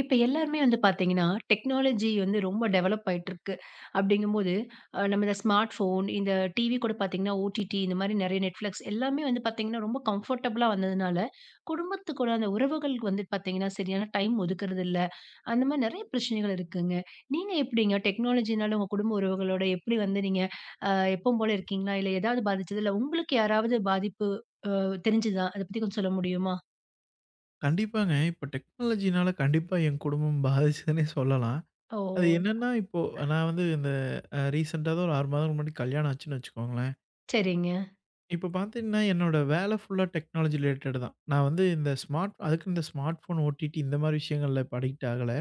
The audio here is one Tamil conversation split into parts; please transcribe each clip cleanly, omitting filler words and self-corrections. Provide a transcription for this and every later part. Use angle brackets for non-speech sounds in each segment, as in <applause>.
இப்ப எல்லாருமே வந்து பார்த்தீங்கன்னா, டெக்னாலஜி வந்து ரொம்ப டெவலப் ஆயிட்டிருக்கு. அப்படிங்கும்போது, நம்ம இந்த ஸ்மார்ட் ஃபோன், இந்த டிவி கூட பார்த்தீங்கன்னா, ஓடிடி இந்த மாரி நெறைய Netflix எல்லாமே வந்து பார்த்தீங்கன்னா, ரொம்ப கம்ஃபர்டபுளா வந்ததுனால, குடும்பத்து கூட அந்த உறவுகளுக்கு வந்து பார்த்தீங்கன்னா, சரியான டைம் ஒதுக்குறது இல்ல. அந்த மாரி நெறைய பிரச்சனைகள் இருக்குங்க. நீங்க எப்படிங்க? டெக்னாலஜினால உங்க குடும்ப உறவுகளோட எப்படி வந்து நீங்க அ எப்பவும் போல இருக்கீங்களா? இல்ல ஏதாவது பாதிச்சது? இல்ல உங்களுக்கு யாராவது பாதிப்பு அ தெரிஞ்சுதா? அத பத்தி கொஞ்சம் சொல்ல முடியுமா? கண்டிப்பாங்க. இப்ப டெக்னாலஜினால கண்டிப்பா என் குடும்பம் பாதிச்சதுன்னே சொல்லலாம். ஓ! அது என்னன்னா, இப்போ நான் வந்து இந்த ரீசென்ட்டா தான் ஒரு 6 மாதம் முன்னாடி கல்யாணம் ஆச்சுன்னு வச்சுக்கோங்களேன். சரிங்க. இப்ப பார்த்தீங்கன்னா, என்னோட வேலை ஃபுல்லா டெக்னாலஜி ரிலேட்டட் தான். நான் வந்து இந்த ஸ்மார்ட் அதுக்குன்னு இந்த ஸ்மார்ட் ஃபோன், ஓடிடி இந்த மாரி விஷயங்கள்ல இப்ப அடிக்ட் ஆகல.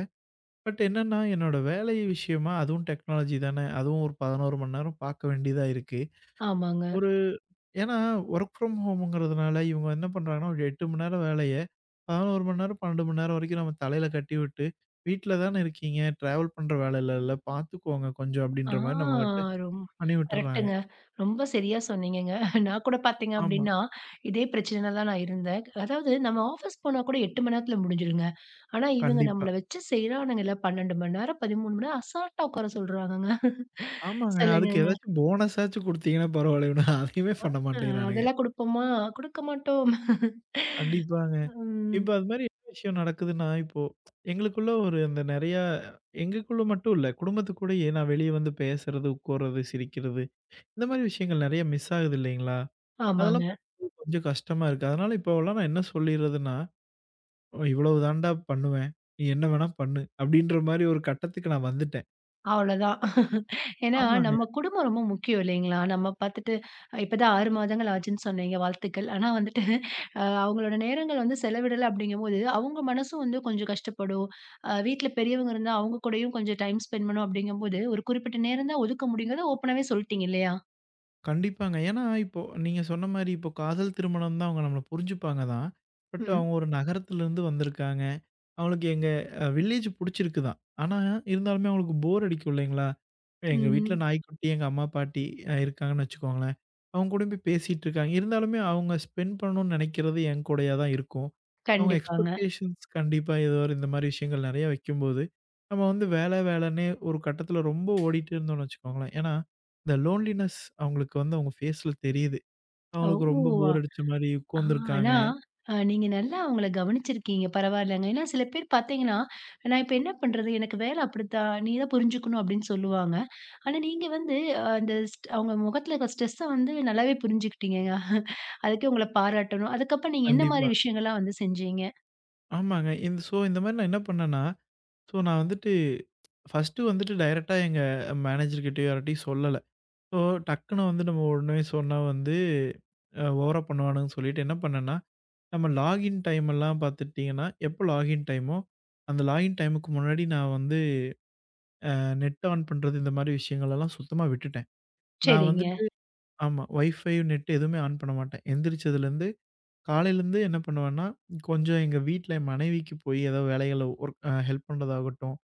பட் என்னன்னா, என்னோட வேலை விஷயமா அதுவும் டெக்னாலஜி தானே! அதுவும் ஒரு 11 மணி நேரம் பார்க்க வேண்டியதா இருக்கு. ஆமாங்க. ஒரு ஏன்னா ஒர்க் ஃப்ரம் ஹோம்ங்கிறதுனால இவங்க என்ன பண்றாங்கன்னா, ஒரு 8 மணி நேரம் வேலைய 11 மணி நேரம், 12 மணி நேரம் வரைக்கும் நம்ம தலையில கட்டிவிட்டு, "வீட்ல தானே இருக்கீங்க, டிராவல் பண்ற வேலை இல்லல்ல, பார்த்துக்கோங்க கொஞ்சம்" ஆ, அப்படின்ற மாரி நம்மகிட்ட ரொம் பண்ணி விட்டுர்றாங்க. கரெக்ட்டுங்க. ரொம்ப சரியா சொன்னீங்கங்க. நான் கூட பார்த்தீங்க ஆமா. அப்டின்னா, இதே பிரச்சனையில தான் நான் இருந்தேன். அதாவது நம்ம ஆஃபீஸ் போனா கூட 8 மணி நேரத்துல முடிஞ்சிருங்க. ஆனா இவங்க கண்டிப்பா. நம்மள வச்சு செய்றானுங்கல்ல 12 மணி நேரம், 13 மணி நேரம் அசால்ட்டா உட்கார சொல்றாங்கங்க. ஆமாங்க. அதுக்கு சொல்லுங்கங்க. ஏதாச்சும் போனஸாச்சும் குடுத்தீங்கன்னா பரவாயில்லைன்னு, அதையுமே பண்ண அ மாட்டேங்கிறானுங்க. அதெல்லாம் குடுப்போமா? குடுக்க மாட்டோம். கண்டிப்பாங்க. ம். இப்ப அது மாரி என்ன விஷயம் நடக்குதுன்னா, இப்போ எங்களுக்குள்ள ஒரு அந்த நெறையா எங்களுக்குள்ள மட்டும் இல்ல, குடும்பத்துக்கூடயே நான் வெளிய வந்து பேசுறது, உட்கார்றது, சிரிக்கிறது இந்த மாரி விஷயங்கள் நெறைய மிஸ் ஆகுது இல்லைங்களா? அதெல்லாம் ஆமாங்க. பார்க்கும்போது கொஞ்சம் கஷ்டமா இருக்கு. அதனால இப்போவெல்லாம் நான் என்ன சொல்லிர்றதுன்னா, "இவ்வளவு தான்டா பண்ணுவேன். நீ என்ன வேணா பண்ணு." அப்படீன்ற மாரி ஒரு கட்டத்துக்கு நான் வந்துட்டேன். அவ்வளோதான். ஏன்னா, ஆமாங்க. நம்ம குடும்பம் ரொம்ப முக்கியம் இல்லைங்களா? நம்ம பார்த்துட்டு இப்பதான் 6 மாதங்கள் ஆச்சுன்னு சொன்னீங்க. வாழ்த்துக்கள். ஆனா வந்துட்டு அவங்களோட நேரங்கள் வந்து செலவிடல அப்படிங்கும்போது, அவங்க மனசும் வந்து கொஞ்சம் கஷ்டப்படும். வீட்ல பெரியவங்க இருந்தா அவங்க கூடயும் கொஞ்சம் டைம் ஸ்பெண்ட் பண்ணணும் அப்படிங்கும்போது, ஒரு குறிப்பிட்ட நேரம் தான் ஒதுக்க முடியுங்கிறத ஓப்பனாவே சொல்ட்டீங்க இல்லையா? கண்டிப்பாங்க. ஏன்னா, இப்போ நீங்க சொன்ன மாரி இப்போ காதல் திருமணம் தான் அவங்க நம்மள புரிஞ்சுப்பாங்க தான். பட் ம். அவங்க ஒரு நகரத்திலிருந்து வந்திருக்காங்க. அவளுக்கு எங்க வில்லேஜ் புடிச்சிருக்கு தான். ஆனா, இருந்தாலுமே அவளுக்கு போர் அடிக்கும் இல்லைங்களா? எங்க வீட்ல ம். நாய்க்குட்டி, எங்க அம்மா, பாட்டி இருக்காங்கன்னு வச்சுக்கோங்களேன். அவங்க கூடயும் போய் பேசிட்டு இருக்காங்க. இருந்தாலுமே அவங்க ஸ்பெண்ட் பண்ணணும்னு நெனைக்கிறது என் கூடயா தான் இருக்கும். அவங்க கண்டிப்பாங்க. எக்ஸ்பெக்டேஷன்ஸ் கண்டிப்பா ஏதோ ஒரு இந்த மாரி விஷயங்கள் நெறைய வைக்கும்போது, நம்ம வந்து வேலை வேலைன்னே ஒரு கட்டத்தில ரொம்ப ஓடிட்டே இருந்தோம்னு வச்சுக்கோங்களேன். ஏன்னா, இந்த லோன்லினஸ் அவங்களுக்கு வந்து அவங்க ஃபேஸ்ல தெரியுது. அவங்களுக்கு ரொம்ப ஓ! போர் அடிச்ச மாரி ஆ, உட்கார்ந்துருக்காங்க. ஆனா நீங்க நல்லா அவங்கள கவனிச்சிருக்கீங்க. பரவாயில்லங்க. ஏன்னா சில பேர் பார்த்தீங்கன்னா, நான் இப்ப என்ன பண்றது? எனக்கு வேலை அப்படித்தான். நீ தான் புரிஞ்சுக்கணும் அப்படின்னு சொல்லுவாங்க. ஆனா நீங்க வந்து அ அந்த ஸ்ட் அவங்க முகத்துல இருக்க ஸ்ட்ரெஸ்ஸ வந்து நல்லாவே புரிஞ்சுக்கிட்டீங்கங்க. அதுக்கே உங்கள பாராட்டணும். அதுக்கப்புறம் நீங்க என்ன மாரி கண்டிப்பா. விஷயங்கள்லாம் வந்து செஞ்சீங்க? ஆமாங்க. இந்த ஸோ இந்த மாரி நான் என்ன பண்ணேன்னா ஸோ, நான் வந்துட்டு ஃபர்ஸ்ட்டு வந்துட்டு டைரக்ட்டா எங்க மேனேஜர்கிட்டயோ யார்ட்டயும் சொல்லல. ஸோ, டக்குனு வந்து நம்ம உடனே சொன்னா வந்து ஓவரா பண்ணுவானுங்கன்னு சொல்லிட்டு என்ன பண்ணேன்னா, நம்ம லாகின் டைம் எல்லாம் பார்த்துட்டீங்கன்னா, எப்போ லாகின் டைமோ, அந்த லாகின் டைமுக்கு முன்னாடி நான் வந்து நெட் ஆன் பண்றது இந்த மாரி விஷயங்கள் எல்லாம் சுத்தமா விட்டுட்டேன். நான் சரிங்க. வந்துட்டு ஆமா. வைஃபை, நெட் எதுவுமே ஆன் பண்ண மாட்டேன். எந்திரிச்சதுலேருந்து காலையிலேருந்து என்ன பண்ணுவேன்னா, கொஞ்சம் எங்க வீட்ல என் மனைவிக்கு போய் ஏதோ வேலைகள்ல ஒர்க் அ ஹெல்ப் பண்றதாகட்டும்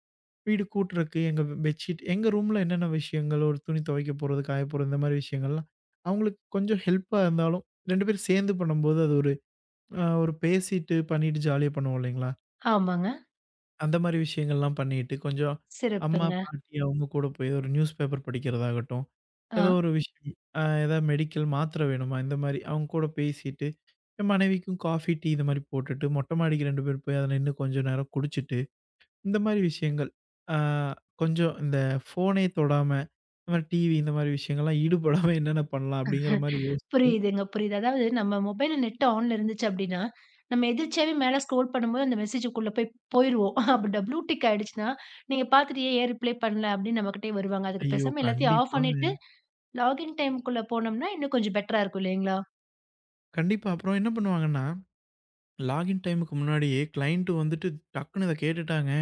வீடு கூட்டுறக்கு, எங்க பெட்ஷீட் எங்க ரூம்ல என்னென்ன விஷயங்கள், ஒரு துணி துவைக்க போறது, காய போறது இந்த மாரி விஷயங்கள்லாம், அவங்களுக்கு கொஞ்சம் ஹெல்ப்பா இருந்தாலும் 2 பேரும் சேர்ந்து பண்ணும்போது, அது ஒரு பேசிட்டு பண்ணிட்டு ஜாலியா பண்ணுவோம் இல்லைங்களா? ஆமாங்க. அந்த மாரி விஷயங்கள்லாம் பண்ணிட்டு, கொஞ்சம் அம்மா, சிறப்புங்க. பாட்டி அவங்க கூட போய் ஒரு நியூஸ் பேப்பர் படிக்கிறதாகட்டும், ஆ, ஏதோ ஒரு விஷயம் ஏதாவது மெடிக்கல் மாத்திரை வேணுமா? இந்த மாரி அவங்க கூட பேசிட்டு, என் மனைவிக்கும் காஃபி, டீ இந்த மாரி போட்டுட்டு, மொட்டை மாடிக்கு 2 பேரும் போய் அதில நின்னு கொஞ்சம் நேரம் குடிச்சிட்டு இந்த மாரி விஷயங்கள். ஆ கொஞ்சம் இந்த ஃபோனே தொடாம, இந்த மாரி டிவி இந்த மாரி விஷயங்கள்லாம் ஈடுபடாம <laughs> என்னென்ன பண்ணலாம்? அப்படிங்கிற மாரி யோசிச்சு, புரியுதுங்க, புரியுது. அதாவது நம்ம மொபைல்ல நெட் ஆன்ல இருந்துச்சு அப்டின்னா, நம்ம எதிர்ச்சியாவே மேல ஸ்க்ரோல் பண்ணும்போது அந்த மெசேஜுக்குள்ள போய் போயிருவோம். <laughs> அப்ப டபுள்யூ டிக் ஆயிடுச்சுன்னா, நீங்க பார்த்துட்டு ஏன் ஏன் ரிப்ளை பண்ணல அப்டின்னு நம்மகிட்டயே வருவாங்க. அதுக்கு ஐயோ! பேசாம எல்லாத்தையும் ஆஃப் பண்ணிட்டு, கண்டிப்பாங்க. லாகின் டைம்க்குள்ள போனோம்னா, இன்னும் கொஞ்சம் பெட்டரா இருக்கும் இல்லைங்களா? கண்டிப்பா. அப்புறம் என்ன பண்ணுவாங்கன்னா, லாகின் டைமுக்கு முன்னாடியே கிளையன்ட் வந்துட்டு டக்குனு இத கேட்டுட்டாங்க.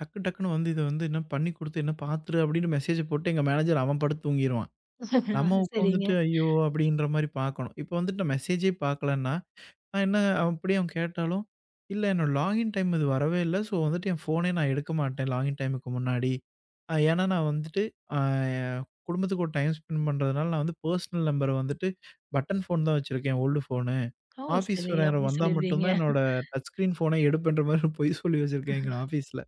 டக்கு டக்குனு வந்து இத வந்து என்ன பண்ணி குடுத்து, என்ன பாத்துரு அப்படின்னு மெசேஜ் போட்டு எங்க மேனேஜர் அவன் படுத்து தூங்கிருவான். <laughs> ஆ, நம்ம சரிங்க. உட்காந்துட்டு ஐயோ! அப்படின்ற மாரி பார்க்கணும். இப்போ வந்துட்டு நான் மெசேஜே பார்க்கலன்னா, நான் என்ன அப்படியே அவன் கேட்டாலும், "இல்ல என்னோட லாகின் டைம் இது வரவே இல்ல. ஸோ வந்துட்டு என் ஃபோனே நான் எடுக்க மாட்டேன் லாகின் டைமுக்கு முன்னாடி. ஏன்னா நான் வந்துட்டு அ குடும்பத்துக்கு ஒரு டைம் ஸ்பெண்ட் பண்றதுனால நான் வந்து பர்சனல் நம்பர் வந்துட்டு பட்டன் ஃபோன் தான் வச்சிருக்கேன் ஓல்டு ஃபோனு. ஓ! ஆஃபீஸ் சரி. வேற அப்டி வந்தா மட்டும் சொல்லிருவீங்க. தான் என்னோட டச் ஸ்க்ரீன் ஃபோனே எடுப்பேன்ற" மாரி பொய் சொல்லி வச்சிருக்கேன் எங்க ஆஃபீஸ்ல.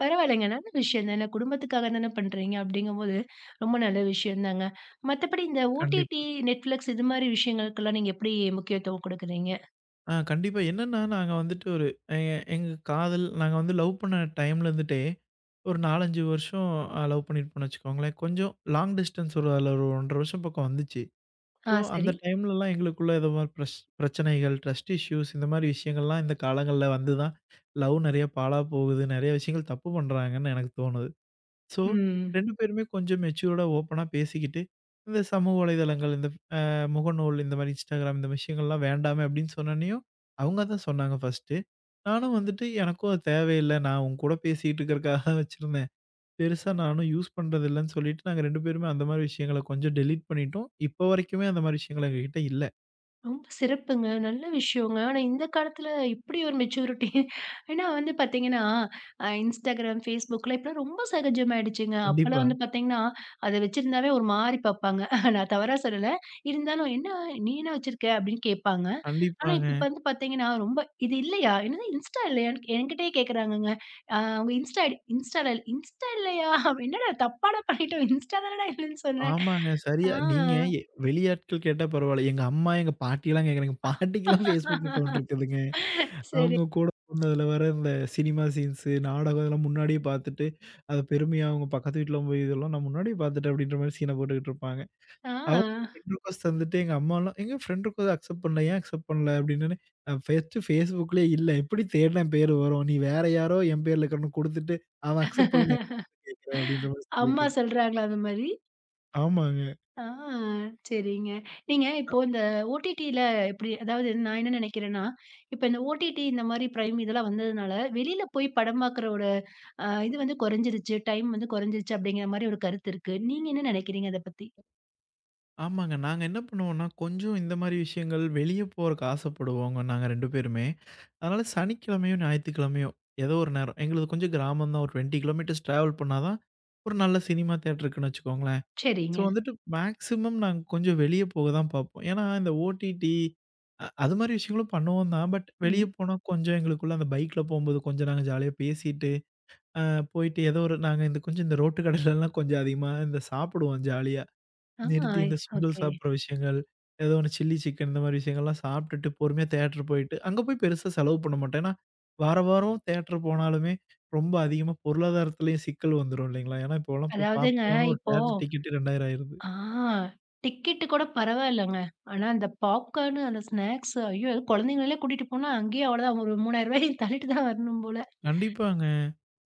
பரவாயில்லங்க. நல்ல விஷயம் தானே. குடும்பத்துக்காக தானே பண்றீங்க அப்படிங்கும்போது, ரொம்ப நல்ல விஷயம் தாங்க. மத்தபடி இந்த OTT, கண்டிப்பா. Netflix இது மாரி விஷயங்களுக்கெல்லாம் நீங்க எப்படி முக்கியத்துவம் குடுக்குறீங்க? ஆ கண்டிப்பா. என்னன்னா, நாங்க வந்துட்டு ஒரு எ எங்க காதல் நாங்க வந்து லவ் பண்ண டைம்ல இருந்துட்டே, ஒரு 4, 5 வருஷம் லவ் பண்ணியிருப்போம்னு வச்சுக்கோங்களேன். கொஞ்சம் லாங் டிஸ்டன்ஸ் ஒரு அதில ஒரு 1 1/2 வருஷம் பக்கம் வந்துச்சு. ஸோ, ஆ, அந்த சரி. டைம்லலாம் எங்களுக்குள்ள ஏதோ மாரி பிரச்சனைகள், ட்ரஸ்ட் இஷ்யூஸ் இந்த மாரி விஷயங்கள்லாம் இந்த காலங்கள்ல வந்து தான் லவ் நெறைய பாழா போகுது. நெறைய விஷயங்கள் தப்பு பண்றாங்கன்னு எனக்கு தோணுது. ஸோ ம். 2 பேருமே கொஞ்சம் மெச்சூர்டா ஓப்பனா பேசிக்கிட்டு, இந்த சமூக வலைதளங்கள், இந்த அ முகநூல் இந்த மாரி Instagram இந்த விஷயங்கள்லாம் வேண்டாமே அப்படின்னு சொன்னோனையும், அவங்க தான் சொன்னாங்க ஃபர்ஸ்ட்டு. நானும் வந்துட்டு எனக்கும் அது தேவையில்ல. நான் உன் கூட பேசிட்டு இருக்கிறதுக்காக தான் வச்சிருந்தேன். பெருசா நானும் யூஸ் பண்றதில்லன்னு சொல்லிட்டு நாங்க 2 பேருமே அந்த மாரி விஷயங்கள கொஞ்சம் டெலீட் பண்ணிட்டோம். இப்போ வரைக்குமே அந்த மாரி விஷயங்கள் எங்ககிட்ட இல்ல. ரொம்ப சிறப்புங்க. நல்ல விஷயங்க. ஆனா இந்த காலத்துல இப்படி ஒரு மெச்சூரிட்டி <laughs> ஏன்னா வந்து பாத்தீங்கன்னா, Instagram, Facebookல இப்பலாம் ரொம்ப சகஜமாயிடுச்சுங்க. அப்பலாம் கண்டிப்பா, வந்து பாத்தீங்கன்னா, அத வச்சிருந்தாவே ஒரு மாரி பாப்பாங்க. நான் தவறா சொல்லல. இருந்தாலும், "என்ன நீ என்ன வச்சிருக்க?" அப்படின்னு கேட்பாங்க. ஆனா, கண்டிப்பாங்க. இப்ப வந்து பாத்தீங்கன்னா, ரொம்ப இது இல்லையா? என்னது இன்ஸ்டா இல்லையான்னு என்கிட்டயே கேக்குறாங்கங்க. அவங்க இன்ஸ்டா ஐடி இன்ஸ்டால இன்ஸ்டா இல்லையா? அப்படி, என்னடா தப்பாடா பண்ணிட்டோம். இன்ஸ்டா தானடா இல்லன்னு சொன்னேன். ஆமாங்க. ஆ. சரியா நீங்க எ வெளியாட்கள் கேட்டா பரவால்ல. எங்க அம்மா, எங்க பாட்டிலாம் கேட்குறாங்க. பாட்டிக்கெல்லாம் Facebook அக்கவுண்ட் இருக்குதுங்க. சரி. அவங்க கூட போனதுல வர இந்த சினிமா சீன்ஸு, நாடகம் இதெல்லாம் முன்னாடியே பார்த்துட்டு, அத பெருமையா அவங்க பக்கத்து வீட்ல போய் இதெல்லாம் நான் முன்னாடியே பார்த்துட்டேன் அப்படின்ற மாரி சீன போட்டுக்கிட்டு இருப்பாங்க. ஆ. அவங்க ஃப்ரெண்ட் ரிக்வெஸ்ட் தந்துட்டு எங்க அம்மாலாம், "எங்க ஃப்ரெண்ட் ரிக்வெஸ்ட் அக்செப்ட் பண்ணல. ஏன் அக்செப்ட் பண்ணல?" அப்படின்னோனே, நான் ஃபர்ஸ்ட்டு Facebookலயே இல்ல. எப்படி தேடுனா என் பேர் வரும். நீ வேற யாரோ என் பேர்ல இருக்கிறன்னு குடுத்துட்டு, அவன் அக்செப்ட் பண்ணலன்னு என்கிட்ட கேட்கிறேன் அப்படின்ற மாரி சொல்லிட்டு அம்மா சொல்றாங்களா அந்த மாரி? ஆமாங்க. ஆ, சரிங்க. நீங்க இப்போ இந்த ஓடிடில எப்படி அதாவது நான் என்ன நெனைக்கிறேன்னா, இப்ப இந்த ஓடிடி இந்த மாரி பிரைம் இதெல்லாம் வந்ததுனால, வெளியில போய் படம் பாக்குறோட இது வந்து குறைஞ்சிருச்சு. டைம் வந்து குறைஞ்சிருச்சு அப்படிங்கிற மாரி ஒரு கருத்து இருக்கு. நீங்க என்ன நினைக்கிறீங்க அத பத்தி? ஆமாங்க. நாங்க என்ன பண்ணுவோம்னா, கொஞ்சம் இந்த மாரி விஷயங்கள் வெளிய போறக்கு ஆசைப்படுவோங்க நாங்க 2 பேருமே. அதனால சனிக்கிழமையும், ஞாயித்துக்கிழமையும் ஏதோ ஒரு நேரம் எங்களுது கொஞ்சம் கிராமம் தான். ஒரு 20 கிலோமீட்டர்ஸ் டிராவல் பண்ணா தான் ஒரு நல்ல சினிமா தியேட்டர் இருக்குன்னு வச்சுக்கோங்களேன். ஸோ சரிங்க. வந்துட்டு மேக்ஸிமம் நாங்க கொஞ்சம் வெளிய போக தான் பார்ப்போம். ஏன்னா இந்த ஓடிடி அது மாரி விஷயங்களும் பண்ணுவோம் தான். பட் வெளிய ம். போனா கொஞ்சம் எங்களுக்குள்ள அந்த பைக்ல போம்போது கொஞ்சம் நாங்க ஜாலியா பேசிட்டு, அ போயிட்டு ஏதோ ஒரு நாங்க இந்த கொஞ்சம் இந்த ரோட்டு கடையிலலாம் கொஞ்சம் அதிகமா இந்த சாப்பிடுவோம் ஜாலியா. ஆ, நிறுத்தி இந்த சுண்டல் ஓகே. சாப்பிடுற விஷயங்கள், ஏதோ ஒண்ணு சில்லி சிக்கன் இந்த மாரி விஷயங்கள்லாம் சாப்பிட்டுட்டு பொறுமையா தியேட்டர் போயிட்டு, அங்க போய் பெருசா செலவு பண்ண மாட்டேன். ஏன்னா, வார வாரம் தியேட்டர் போனாலுமே ரொம்ப அதிகமா பொருளாதாரத்திலயும் சிக்கல் வந்துரும் இல்லைங்களா? ஏன்னா இப்போலாம் போய் அதாவதுங்க பாப்கார்ன் ஒரு இப்போ தியேட்டர் டிக்கெட் 2000 ஆயிருது. ஆ, டிக்கெட் கூட பரவாயில்லங்க. ஆனா அந்த பாப்கார்ன், அந்த ஸ்நாக்ஸ் ஐயோ! குழந்தைங்களலாம் கூட்டிட்டு போனா அங்கேயே அவ்வளோதான் ஒரு ரூ. 3000 <laughs> தள்ளிட்டு தான் வரணும் போல. கண்டிப்பாங்க.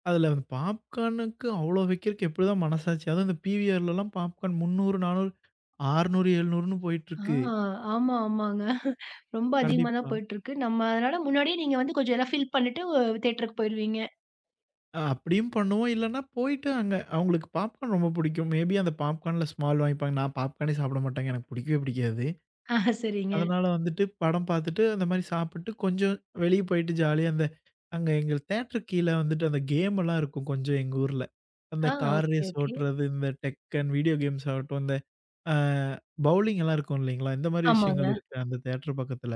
அதுல அந்த பாப்கார்னுக்கு அவ்ளோ வைக்கிறதுக்கு எப்படிதான் மனசாட்சி? அதுவும் இந்த பிவிஆர்லலாம் பாப்கார்ன் 300, 400, 600, 700ன்னு ஆ, போயிட்டுருக்கு. ஆமா, ஆமாங்க. ரொம்ப அதிகமா தான் கண்டிப்பா. போயிட்டுருக்கு. நம்ம அதனால முன்னாடியே நீங்க வந்து கொஞ்சம் எல்லாம் ஃபில் பண்ணிட்டு தியேட்டருக்கு போயிருவீங்க. அப்படியும் பண்ணுவோம். இல்லன்னா போயிட்டு அங்க அவங்களுக்கு பாப்கார்ன் ரொம்ப பிடிக்கும். மேபி அந்த பாப்கார்ன்ல ஸ்மால் வாங்கிப்பாங்க. நான் பாப்கார்னே சாப்பிட மாட்டேங்க. எனக்கு பிடிக்கவே பிடிக்காது. ஆ, சரிங்க. அதனால வந்துட்டு படம் பார்த்துட்டு, அந்த மாரி சாப்பிட்டு கொஞ்சம் வெளிய போயிட்டு ஜாலியா அந்த அங்க எங்க தியேட்டர் கீழ வந்துட்டு அந்த கேம் எல்லாம் இருக்கும் கொஞ்சம் எங்க ஊர்ல. அந்த ஆ, கார் ஓகே, ரேஸ் ஓகே. ஓட்டுறது, இந்த டெக்கன், வீடியோ கேம்ஸ் ஆகட்டும், இந்த அ பவுலிங் எல்லாம் இருக்கும் இல்லைங்களா? இந்த மாரி ஆமாங்க. விஷயங்கள் இருக்கு அந்த தியேட்டர் பக்கத்துல.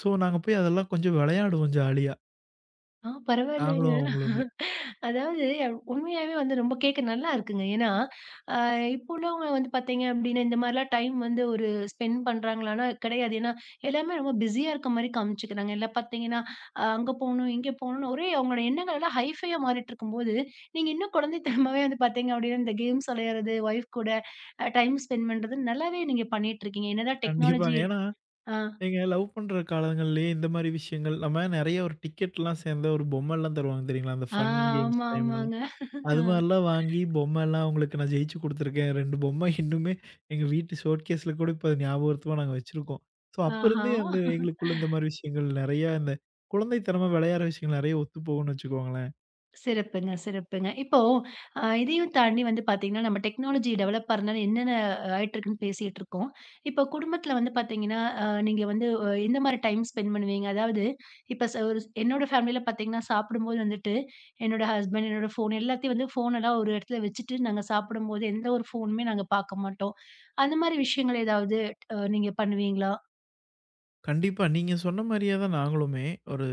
ஸோ நாங்க போய் அதெல்லாம் கொஞ்சம் விளையாடுவோம் ஜாலியா. ஆ, பரவாயில்லங்க. நாங்களும் அவங்களுமே. அதாவது உண்மையாவே வந்து ரொம்ப கேட்க நல்லா இருக்குங்க. ஏன்னா, அ இப்போ உள்ளவங்க வந்து பார்த்தீங்க அப்டின்னா, இந்த மாரிலாம் டைம் வந்து ஒரு ஸ்பெண்ட் பண்றாங்களான்னா கிடையாது. ஏன்னா, எல்லாமே ரொம்ப பிஸியா இருக்க மாரி காமிச்சுக்கிறாங்க. எல்லாம் பார்த்தீங்கன்னா, அங்க போணும், இங்க போணும்னு ஒரே அவங்களோட எண்ணங்கள் எல்லாம் ஹைஃபையா மாறிட்டு இருக்கும்போது, நீங்க இன்னும் குழந்தைத்தனமாவே வந்து பார்த்தீங்க அப்டின்னா, இந்த கேம்ஸ் விளையாடுறது, ஒய்ஃப் கூட டைம் ஸ்பெண்ட் பண்றது நல்லாவே நீங்க பண்ணிட்டு இருக்கீங்க. என்னதான் டெக்னாலஜி கண்டிப்பாங்க. ஏன்னா ஆ, நீங்க லவ் பண்ற காலங்கள்லயே இந்த மாரி விஷயங்கள், நம்ம நெறைய ஒரு டிக்கெட்லாம் சேர்ந்த ஒரு பொம்மைலாம் தருவாங்க தெரியுங்களா? அந்த ஆ, ஃபன் கேம்ஸ் ஆமா, டைம்லலாம். ஆமாங்க. அது மாரிலாம் வாங்கி பொம்மைலாம் உங்களுக்கு நான் ஜெயிச்சு குடுத்துருக்கேன். 2 பொம்மை இன்னுமே எங்க வீட்டு ஷோகேஸ்ல கூட இப்ப அது ஞாபகார்த்தமா நாங்க வச்சிருக்கோம். ஸோ ஆஹ், ஆஹா. அப்பருந்தே அந்த எங்களுக்குள்ள இந்த மாரி விஷயங்கள் நெறையா இந்த குழந்தைத்தனமா விளையாடுற விஷயங்கள் நெறைய ஒத்து போகும்னு வச்சுக்கோங்களேன். சிறப்புங்க, சிறப்புங்க. இப்போ இதையும் தாண்டி வந்து பார்த்தீங்கன்னா, நம்ம டெக்னாலஜி டெவலப் ஆறனால என்னென்ன ஆயிட்டுருக்குன்னு பேசிட்டு இருக்கோம். இப்போ குடும்பத்தில வந்து பார்த்தீங்கன்னா, நீங்க வந்து எந்த மாரி டைம் ஸ்பெண்ட் பண்ணுவீங்க? அதாவது இப்ப ஒரு என்னோட ஃபேமிலியில பார்த்தீங்கன்னா, சாப்பிடும்போது வந்துட்டு என்னோட ஹஸ்பண்ட், என்னோட ஃபோன் எல்லாத்தையும் வந்து ஃபோனெல்லாம் ஒரு இடத்துல வச்சுட்டு நாங்க சாப்பிடும்போது எந்த ஒரு ஃபோனுமே நாங்க பார்க்க மாட்டோம். அந்த மாரி விஷயங்கள் ஏதாவது நீங்க பண்ணுவீங்களா? கண்டிப்பா. நீங்க சொன்ன மாரியே தான் நாங்களுமே ஒரு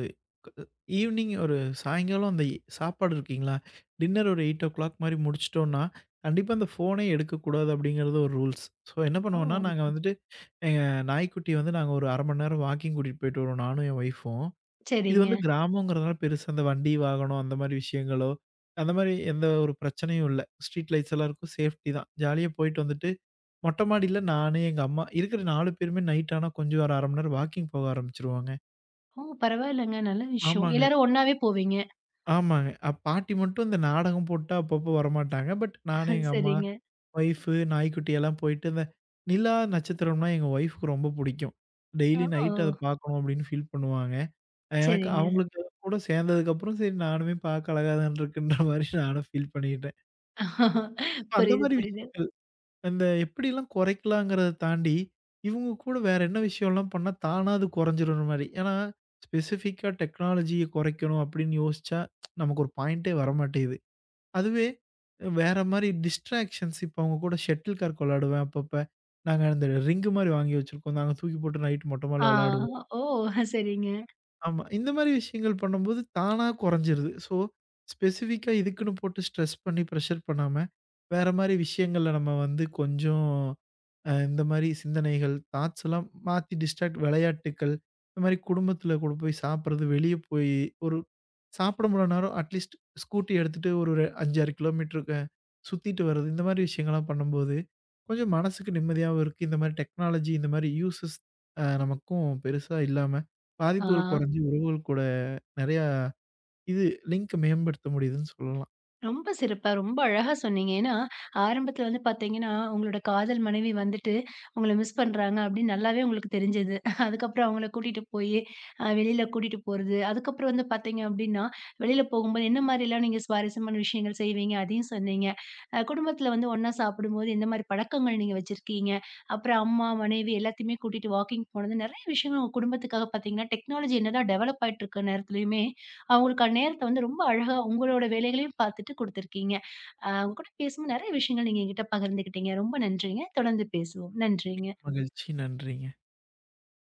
ஈவ்னிங் ஒரு சாயங்காலம் அந்த சாப்பாடு இருக்கீங்களா, டின்னர் ஒரு 8:00 மாரி முடிச்சுட்டோம்னா, கண்டிப்பா அந்த ஃபோனே எடுக்கக்கூடாது அப்படிங்கிறது ஒரு ரூல்ஸ். ஸோ என்ன ஓ! பண்ணுவோம்னா, நாங்க வந்துட்டு எங்க நாய்க்குட்டிய வந்து நாங்க ஒரு 1/2 மணி நேரம் வாக்கிங் கூட்டிட்டு போயிட்டு வருவோம், நானும் என் ஒய்ஃபும். இது வந்து சரிங்க. கிராமங்கிறதுனால பெருசா அந்த வண்டி, வாகனம் அந்த மாரி விஷயங்களோ, அந்த மாரி எந்த ஒரு பிரச்சனையும் இல்ல. ஸ்ட்ரீட் லைட்ஸ் எல்லாம் இருக்கும், சேஃப்டி தான். ஜாலியா போயிட்டு வந்துட்டு மொட்ட மாடியில நானு, எங்க அம்மா இருக்கிற 4 பேருமே நைட் ஆனா கொஞ்சம் ஒரு 1/2 மணி நேரம் வாக்கிங் போக ஆரம்பிச்சுருவோங்க. ஓ! பரவாயில்லங்க. நல்ல விஷயம். ஆமாங்க, எல்லாரும் ஒண்ணாவே போவீங்க. ஆமாங்க. பாட்டி மட்டும் இந்த நாடகம் போட்டா அப்பப்போ வரமாட்டாங்க. பட் நானு, எங்க அம்மா, சரிங்க. ஒய்ஃபு, நாய்க்குட்டி எல்லாம் போயிட்டு இந்த நிலா, நட்சத்திரம்னா எங்க ஒய்ஃப்க்கு ரொம்ப புடிக்கும். டெய்லி ஆ. நைட் அத பார்க்கணும் அப்படின்னு ஃபீல் பண்ணுவாங்க. எனக்கு சரிங்க. அவங்களுக்கு கூட சேர்ந்ததுக்கப்புறம் சரி நானுமே பார்க்க அழகா தான் இருக்குன்ற மாரி நானும் ஃபீல் பண்ணிக்கிட்டேன். <laughs> அந்த புரியுது, மாரி புரியுது. விஷயம் அந்த எப்படிலாம் குறைக்கலாங்கிறத தாண்டி, இவங்க கூட வேற என்ன விஷயம்லாம் பண்ணா தானா அது குறைஞ்சிரும்ற மாரி. ஏன்னா, ஸ்பெசிஃபிக்கா டெக்னாலஜிய குறைக்கணும் அப்படின்னு யோசிச்சா, நமக்கு ஒரு பாயிண்டே வரமாட்டேங்குது. அதுவே வேற மாரி டிஸ்ட்ராக்ஷன்ஸ் இப்போ அவங்க கூட ஷட்டில் கார்க் விளையாடுவேன் அப்பப்ப. நாங்க அந்த ரிங் மாரி வாங்கி வச்சிருக்கோம். நாங்க தூக்கி போட்டு நைட் மொட்ட ஆ. மாடில விளையாடுவோம். ஓ! சரிங்க. ஆமா. இந்த மாரி விஷயங்கள் பண்ணும்போது தானா குறைஞ்சிருது. ஸோ, ஸ்பெசிஃபிக்கா இதுக்குன்னு போட்டு ஸ்ட்ரெஸ் பண்ணி, பிரஷர் பண்ணாம, வேற மாரி விஷயங்கள்ல நம்ம வந்து கொஞ்சம் இந்த மாரி சிந்தனைகள், தாட்ஸ்லாம் மாத்தி டிஸ்ட்ராக்ட் விளையாட்டுக்கள், இந்த மாரி குடும்பத்தில கூட போய் சாப்பிடுறது, வெளிய போய் ஒரு சாப்பிட முடியல நேரம் அட்லீஸ்ட் ஸ்கூட்டி எடுத்துட்டு ஒரு ஒரு 5, 6 கிலோமீட்டர் சுத்திட்டு வர்றது, இந்த மாரி விஷயங்கள்லாம் பண்ணும்போது, கொஞ்சம் மனசுக்கு நிம்மதியாவும் இருக்கு. இந்த மாரி டெக்னாலஜி, இந்த மாரி யூசஸ் நமக்கும் பெருசா இல்லாம, ஆ. பாதிப்புகள் குறைஞ்சு உறவுகள் கூட நெறையா இது லிங்க் மேம்படுத்த முடியுதுன்னு சொல்லலாம். ரொம்ப சிறப்பா, ரொம்ப அழகா சொன்னீங்க. ஏன்னா, ஆரம்பத்துல வந்து பாத்தீங்கன்னா, உங்களோட காதல் மனைவி வந்துட்டு, உங்கள மிஸ் பண்றாங்க அப்படின்னு நல்லாவே உங்களுக்கு தெரிஞ்சது. அதுக்கப்புறம் அவங்கள கூட்டிட்டு போயி, வெளியில கூட்டிட்டு போறது. அதுக்கப்புறம் வந்து பாத்தீங்க அப்படின்னா, வெளியில போகும்போது என்ன மாரிலாம் நீங்க சுவாரஸ்யமான விஷயங்கள் செய்வீங்க? அதையும் சொன்னீங்க. குடும்பத்துல வந்து ஒண்ணா சாப்பிடும்போது எந்த மாரி பழக்கங்கள் நீங்க வச்சிருக்கீங்க? அப்புறம் அம்மா, மனைவி எல்லாத்தையுமே கூட்டிட்டு வாக்கிங் போனது. நெறைய விஷயங்கள் உங்க குடும்பத்துக்காக பாத்தீங்கன்னா, டெக்னாலஜி என்னதான் டெவலப் ஆயிட்டு இருக்க நேரத்துலயுமே, அவங்களுக்கான நேரத்த வந்து ரொம்ப அழகா உங்களோட வேலைகளையும் பார்த்துட்டு குடுத்துருக்கீங்க. உங்க கூட பேசும்போது நெறைய விஷயங்கள் நீங்க என்கிட்ட பகிர்ந்துக்கிட்டீங்க. ரொம்ப நன்றிங்க. தொடர்ந்து பேசுவோம். நன்றிங்க. மகிழ்ச்சி. நன்றிங்க.